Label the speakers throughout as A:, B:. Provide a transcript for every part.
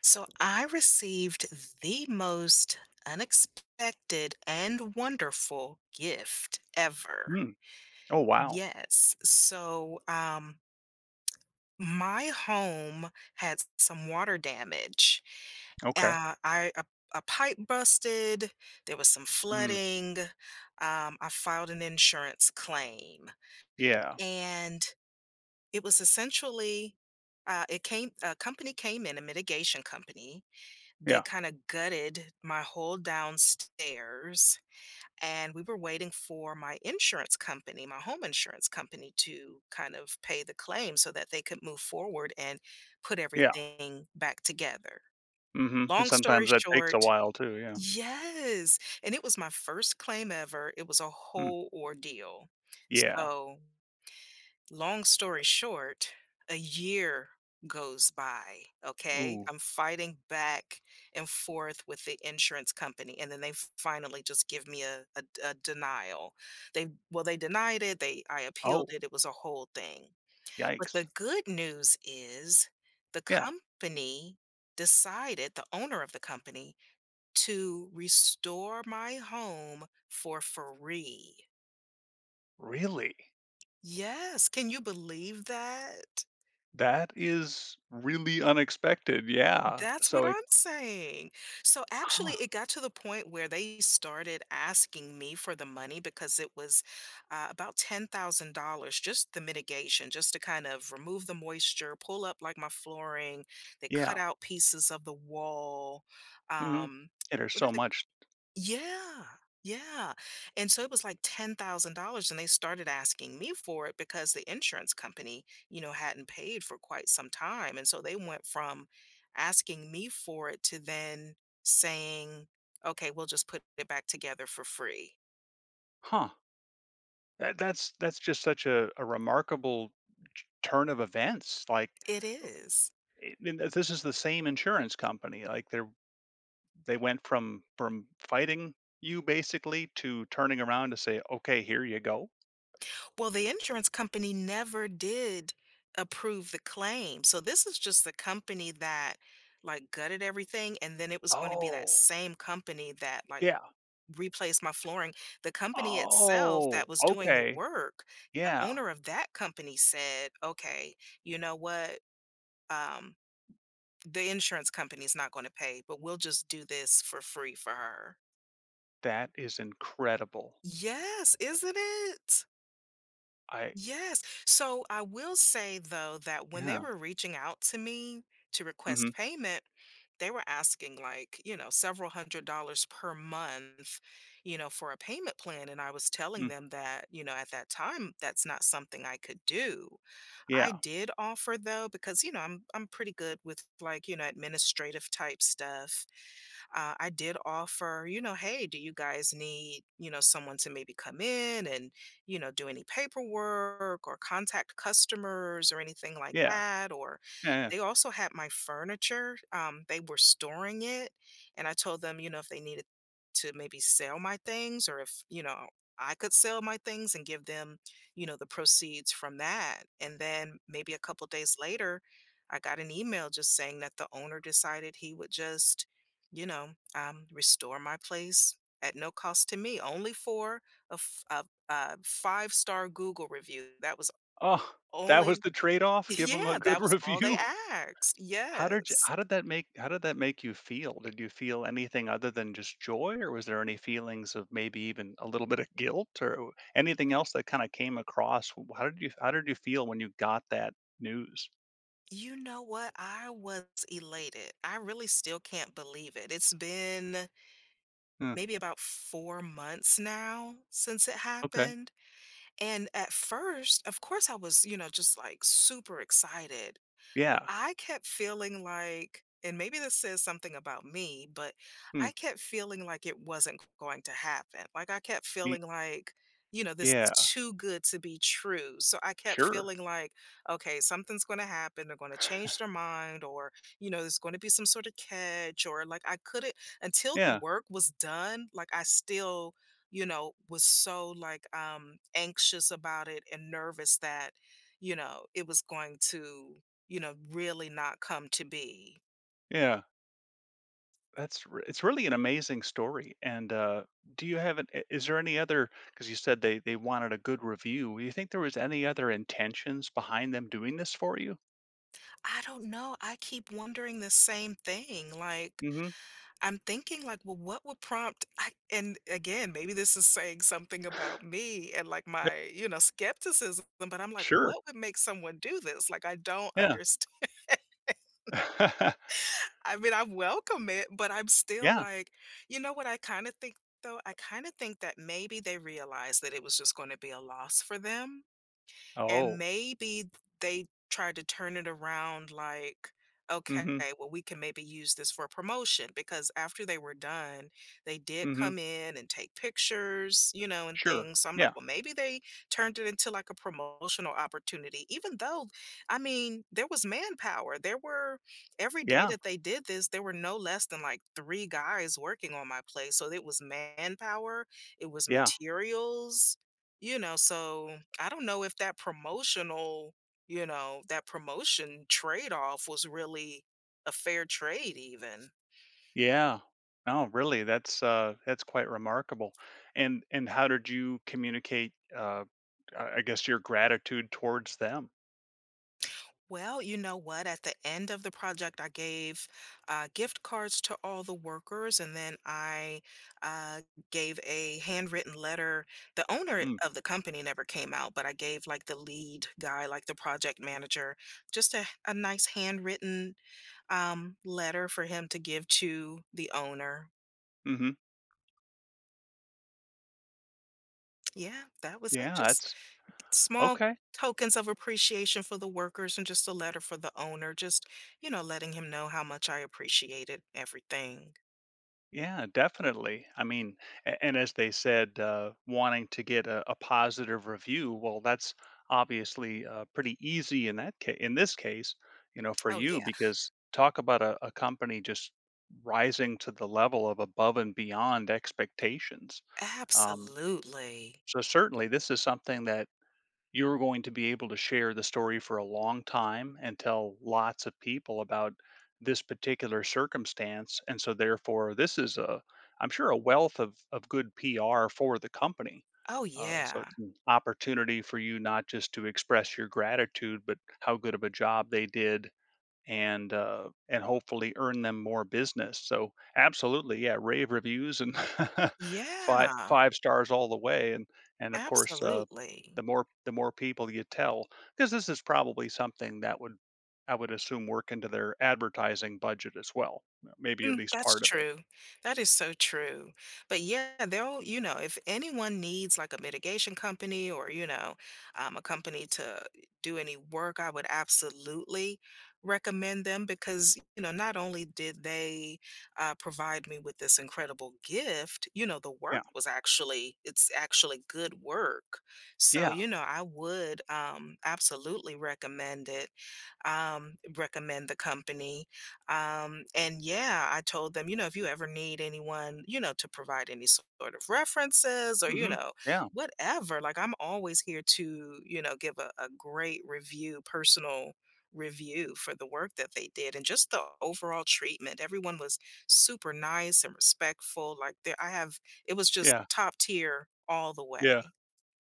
A: So I received the most unexpected and wonderful gift ever.
B: Mm. Oh, wow.
A: Yes. So my home had some water damage.
B: Okay.
A: Uh, I a, a pipe busted, there was some
B: Mm.
A: flooding. I filed an insurance claim
B: Yeah.
A: and it was essentially it came a company came in, a mitigation company. They
B: Yeah.
A: kinda gutted my whole downstairs, and we were waiting for my insurance company, my home insurance company, to kind of pay the claim so that they could move forward and put
B: Yeah.
A: everything back together.
B: Mhm. And
A: Long story
B: sometimes that takes a
A: short,
B: while too, yeah.
A: yes, and it was my first claim ever. It was a
B: Mm.
A: whole ordeal.
B: Yeah.
A: So long story short, a year goes by, okay?
B: Ooh.
A: I'm fighting back and forth with the insurance company, and then they finally just give me a denial. They well, they denied it, they I appealed
B: Oh,
A: it, it was a whole thing. But
B: yikes.
A: the good news is the
B: Yeah.
A: company decided, the owner of the company, to restore my home for free.
B: Really?
A: Yes, can you believe that?
B: That is really unexpected, yeah.
A: That's what
B: So it
A: I'm saying. So actually,
B: huh,
A: it got to the point where they started asking me for the money because it was about $10,000 just the mitigation, just to kind of remove the moisture, pull up like my flooring. They cut
B: yeah.
A: out pieces of the wall.
B: Mhm.
A: Um,
B: And there's
A: what are
B: so
A: the
B: much
A: yeah, yeah, and so it was like $10,000, and they started asking me for it because the insurance company, you know, hadn't paid for quite some time, and so they went from asking me for it to then saying, "Okay, we'll just put it back together for free."
B: huh. That's just such a remarkable t turn of events, like,
A: It is.
B: I and this is the same insurance company, like, they're they went from fighting you basically to turning around to say, "Okay, here you go."
A: Well, the insurance company never did approve the claim, so this is just the company that, like, gutted everything, and then it was gonna be that
B: Oh.
A: same company that, like,
B: Yeah.
A: replace my flooring. The company itself that
B: Oh,
A: was doing the
B: okay.
A: work, the
B: Yeah.
A: owner of that company, said, "Okay, you know what? Um, the insurance company is not going to pay, but we'll just do this for free for her."
B: That is incredible.
A: Yes, isn't it?
B: I
A: Yes. So I will say though that when they
B: yeah.
A: were reaching out to me to
B: Mhm.
A: request payment, they were asking like, you know, several $100s per month, you know, for a payment plan. And I was telling
B: Mm.
A: them that, you know, at that time, that's not something I could do. I
B: Yeah.
A: did offer though, because, you know, I'm pretty good with like, you know, administrative type stuff. I did offer, you know, hey, do you guys need, you know, someone to maybe come in and, you know, do any paperwork or contact customers or anything like
B: Yeah.
A: that? Or
B: Yeah, yeah.
A: they also had my furniture. They were storing it. And I told them, you know, if they needed to maybe sell my things, or if, you know, I could sell my things and give them, you know, the proceeds from that. And then maybe a couple days later, I got an email just saying that the owner decided he would just, you know, restore my place at no cost to me, only for a five-star Google review. That was
B: Oh, that was
A: only,
B: the trade off? Give them a
A: yeah,
B: good
A: that was all they
B: review?
A: asked.
B: How did you
A: Yes.
B: how did that make how did that make you feel? Did you feel anything other than just joy, or was there any feelings of maybe even a little bit of guilt or anything else that kinda came across? How did you feel when you got that news?
A: You know what? I was elated. I really still can't believe it. It's been
B: Huh,
A: maybe about 4 months now since it
B: okay.
A: happened. And at first, of course, I was, you know, just like super excited. Well,
B: Yeah.
A: I kept feeling like, and maybe this says something about me, but
B: Hmm.
A: I kept feeling like it wasn't going to happen. Like, I kept
B: Ye
A: feeling like, you know, this is
B: yeah.
A: too good to be true. So I kept
B: Sure.
A: feeling like, okay, something's going to happen. They're going to change their mind, or, you know, there's going to be some sort of catch, or like I couldn't, until the
B: Yeah.
A: work was done, like I still, you know, was so like anxious about it and nervous that, you know, it was going to, you know, really not come to be?
B: Yeah. That's re it's really an amazing story, and, do you have an I is there any other? Because you said they wanted a good review. Do you think there was any other intentions behind them doing this for you?
A: I don't know. I keep wondering the same thing. Like,
B: Mhm.
A: I'm thinking, like, well, what would prompt? I, and again, maybe this is saying something about me and like my, you know, skepticism. But I'm like, what
B: Sure.
A: would make someone do this? Like, I don't
B: Yeah.
A: understand. I mean, I welcome it, but I'm still
B: Yeah.
A: like, you know what? I kind of think though. I kind of think that maybe they realized that it was just going to be a loss for them. And
B: Oh.
A: maybe they tried to turn it around like, okay,
B: Mhm.
A: well, we can maybe use this for promotion, because after they were done, they did
B: Mhm.
A: come in and take pictures, you know, and
B: Sure.
A: things. So I'm like,
B: Yeah.
A: well, maybe they turned it into like a promotional opportunity, even though, I mean, there was manpower. There were every day
B: Yeah.
A: that they did this, there were no less than like three guys working on my place. So it was manpower, it was
B: Yeah.
A: materials, you know, so I don't know if that promotional, you know, that promotion trade-off was really a fair trade even.
B: Yeah. No, really, that's quite remarkable. And how did you communicate, I guess your gratitude towards them?
A: Well, you know what? At the end of the project, I gave gift cards to all the workers, and then I uh, gave a handwritten letter. The owner
B: Mm.
A: of the company never came out, but I gave like the lead guy, like the project manager, just a nice handwritten, letter for him to give to the owner.
B: Mhm.
A: Yeah, that was it,
B: Yeah,
A: just
B: that's
A: small
B: okay.
A: tokens of appreciation for the workers and just a letter for the owner, just, you know, letting him know how much I appreciated everything.
B: Yeah, definitely. I mean, and as they said, wanting to get a positive review, well, that's obviously pretty easy in that case. In this case, you know, for
A: Oh,
B: you,
A: yeah,
B: because talk about a company just rising to the level of above and beyond expectations. Um,
A: absolutely.
B: so certainly, this is something that you're going to be able to share the story for a long time and tell lots of people about this particular circumstance, and so therefore this is a I'm sure a wealth of good pr for the company,
A: Oh,
B: so
A: yeah.
B: it's an opportunity for you not just to express your gratitude but how good of a job they did, and hopefully earn them more business. So absolutely, yeah, rave reviews and five
A: Yeah,
B: five stars all the way, and of course,
A: absolutely.
B: the more people you tell, because this is probably something that would I would assume work into their advertising budget as well, maybe at
A: Mm,
B: least
A: that's
B: part of it.
A: true. That is so true. But yeah, they'll, you know, if anyone needs like a mitigation company, or, you know, a company to do any work, I would absolutely recommend them because, you know, not only did they provide me with this incredible gift, you know, the
B: Yeah,
A: work was actually, it's actually good work. So,
B: yeah,
A: you know, I would, absolutely recommend it, recommend the company, and yeah, I told them, you know, if you ever need anyone, you know, to provide any sort of references or, you
B: hmm,
A: know,
B: yeah,
A: whatever, like I'm always here to, you know, give a great review, personal review for the work that they did and just the overall treatment. Everyone was super nice and respectful. Like there, I have, it was just
B: yeah,
A: top tier all the way.
B: yeah.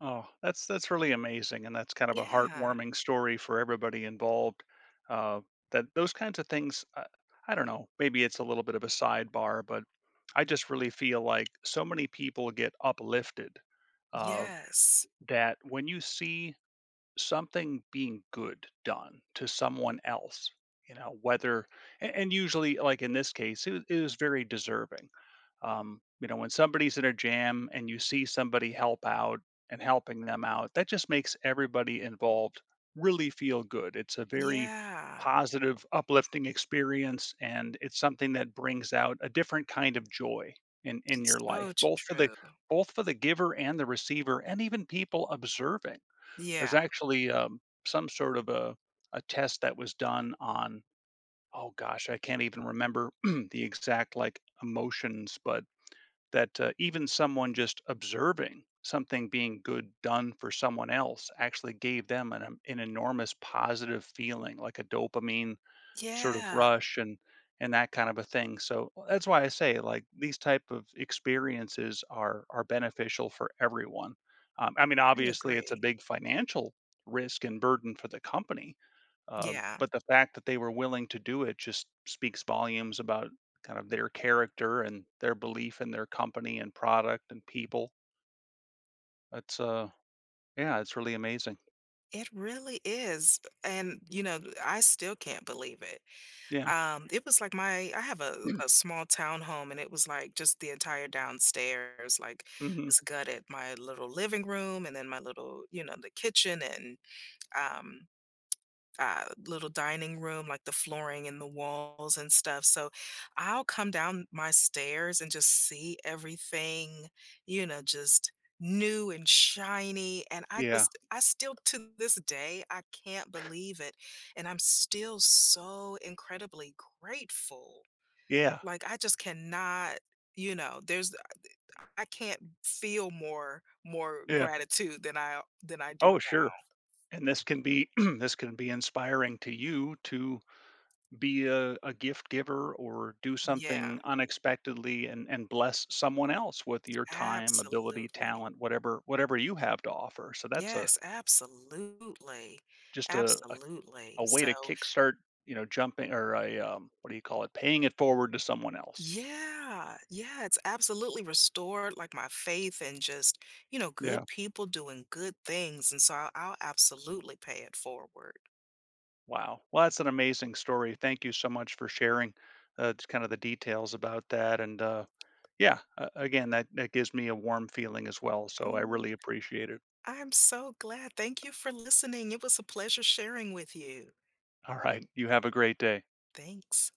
B: Oh, that's really amazing, and that's kind of a
A: Yeah.
B: heartwarming story for everybody involved. Uh, that those kinds of things, I don't know. Maybe it's a little bit of a sidebar, but I just really feel like so many people get uplifted, uh,
A: Yes.
B: that when you see something being good done to someone else, you know, whether and usually, like in this case, it was very deserving. You know, when somebody's in a jam and you see somebody help out and helping them out, that just makes everybody involved really feel good. It's a very
A: Yeah.
B: positive, uplifting experience, and it's something that brings out a different kind of joy in your
A: So
B: life,
A: true.
B: both for the giver and the receiver, and even people observing. There's
A: Yeah.
B: actually some sort of a test that was done on oh gosh, I can't even remember the exact like emotions, but that even someone just observing something being good done for someone else actually gave them an enormous positive feeling like a dopamine sort of
A: Yeah.
B: rush and that kind of a thing. So well, that's why I say like these type of experiences are beneficial for everyone. I mean
A: I
B: obviously it's a
A: agree.
B: big financial risk and burden for the company, uh,
A: Yeah.
B: but the fact that they were willing to do it just speaks volumes about kind of their character and their belief in their company and product and people. It's yeah, it's really amazing.
A: It really is, and, mhm, you know, I still can't believe it.
B: Yeah.
A: It was like my I have a small town home, and it was, like, just the entire downstairs, like,
B: Hmm.
A: was gutted. My little living room, and then my little, you know, the kitchen and, um little dining room, like the flooring and the walls and stuff. So I'll come down my stairs and just see everything, you know, just new and shiny. And I
B: Yeah.
A: just, I still to this day, I can't believe it. And I'm still so incredibly grateful.
B: Yeah.
A: Like, I just cannot. You know, there's I can't feel more
B: Yeah.
A: gratitude than I do
B: Oh,
A: now.
B: sure. And this can be this can be inspiring to you to be a gift giver or do
A: Yeah,
B: something unexpectedly and bless someone else with your time, ability,
A: absolutely.
B: talent, whatever you have to offer. So that's a
A: Yes, absolutely.
B: just
A: Absolutely.
B: a way
A: So,
B: to kickstart, you know, jumping or what do you call it? Paying it forward to someone else.
A: yeah, yeah, it's absolutely restored like my faith and just, you know, good
B: Yeah.
A: people doing good things. And so I'll absolutely pay it forward.
B: Wow. Well, that's an amazing story. Thank you so much for sharing, just kind of the details about that. And yeah, again, that, that gives me a warm feeling as well. So I
A: Oh,
B: really appreciate it.
A: I'm so glad. Thank you for listening. It was a pleasure sharing with you.
B: All right. You have a great day.
A: Thanks.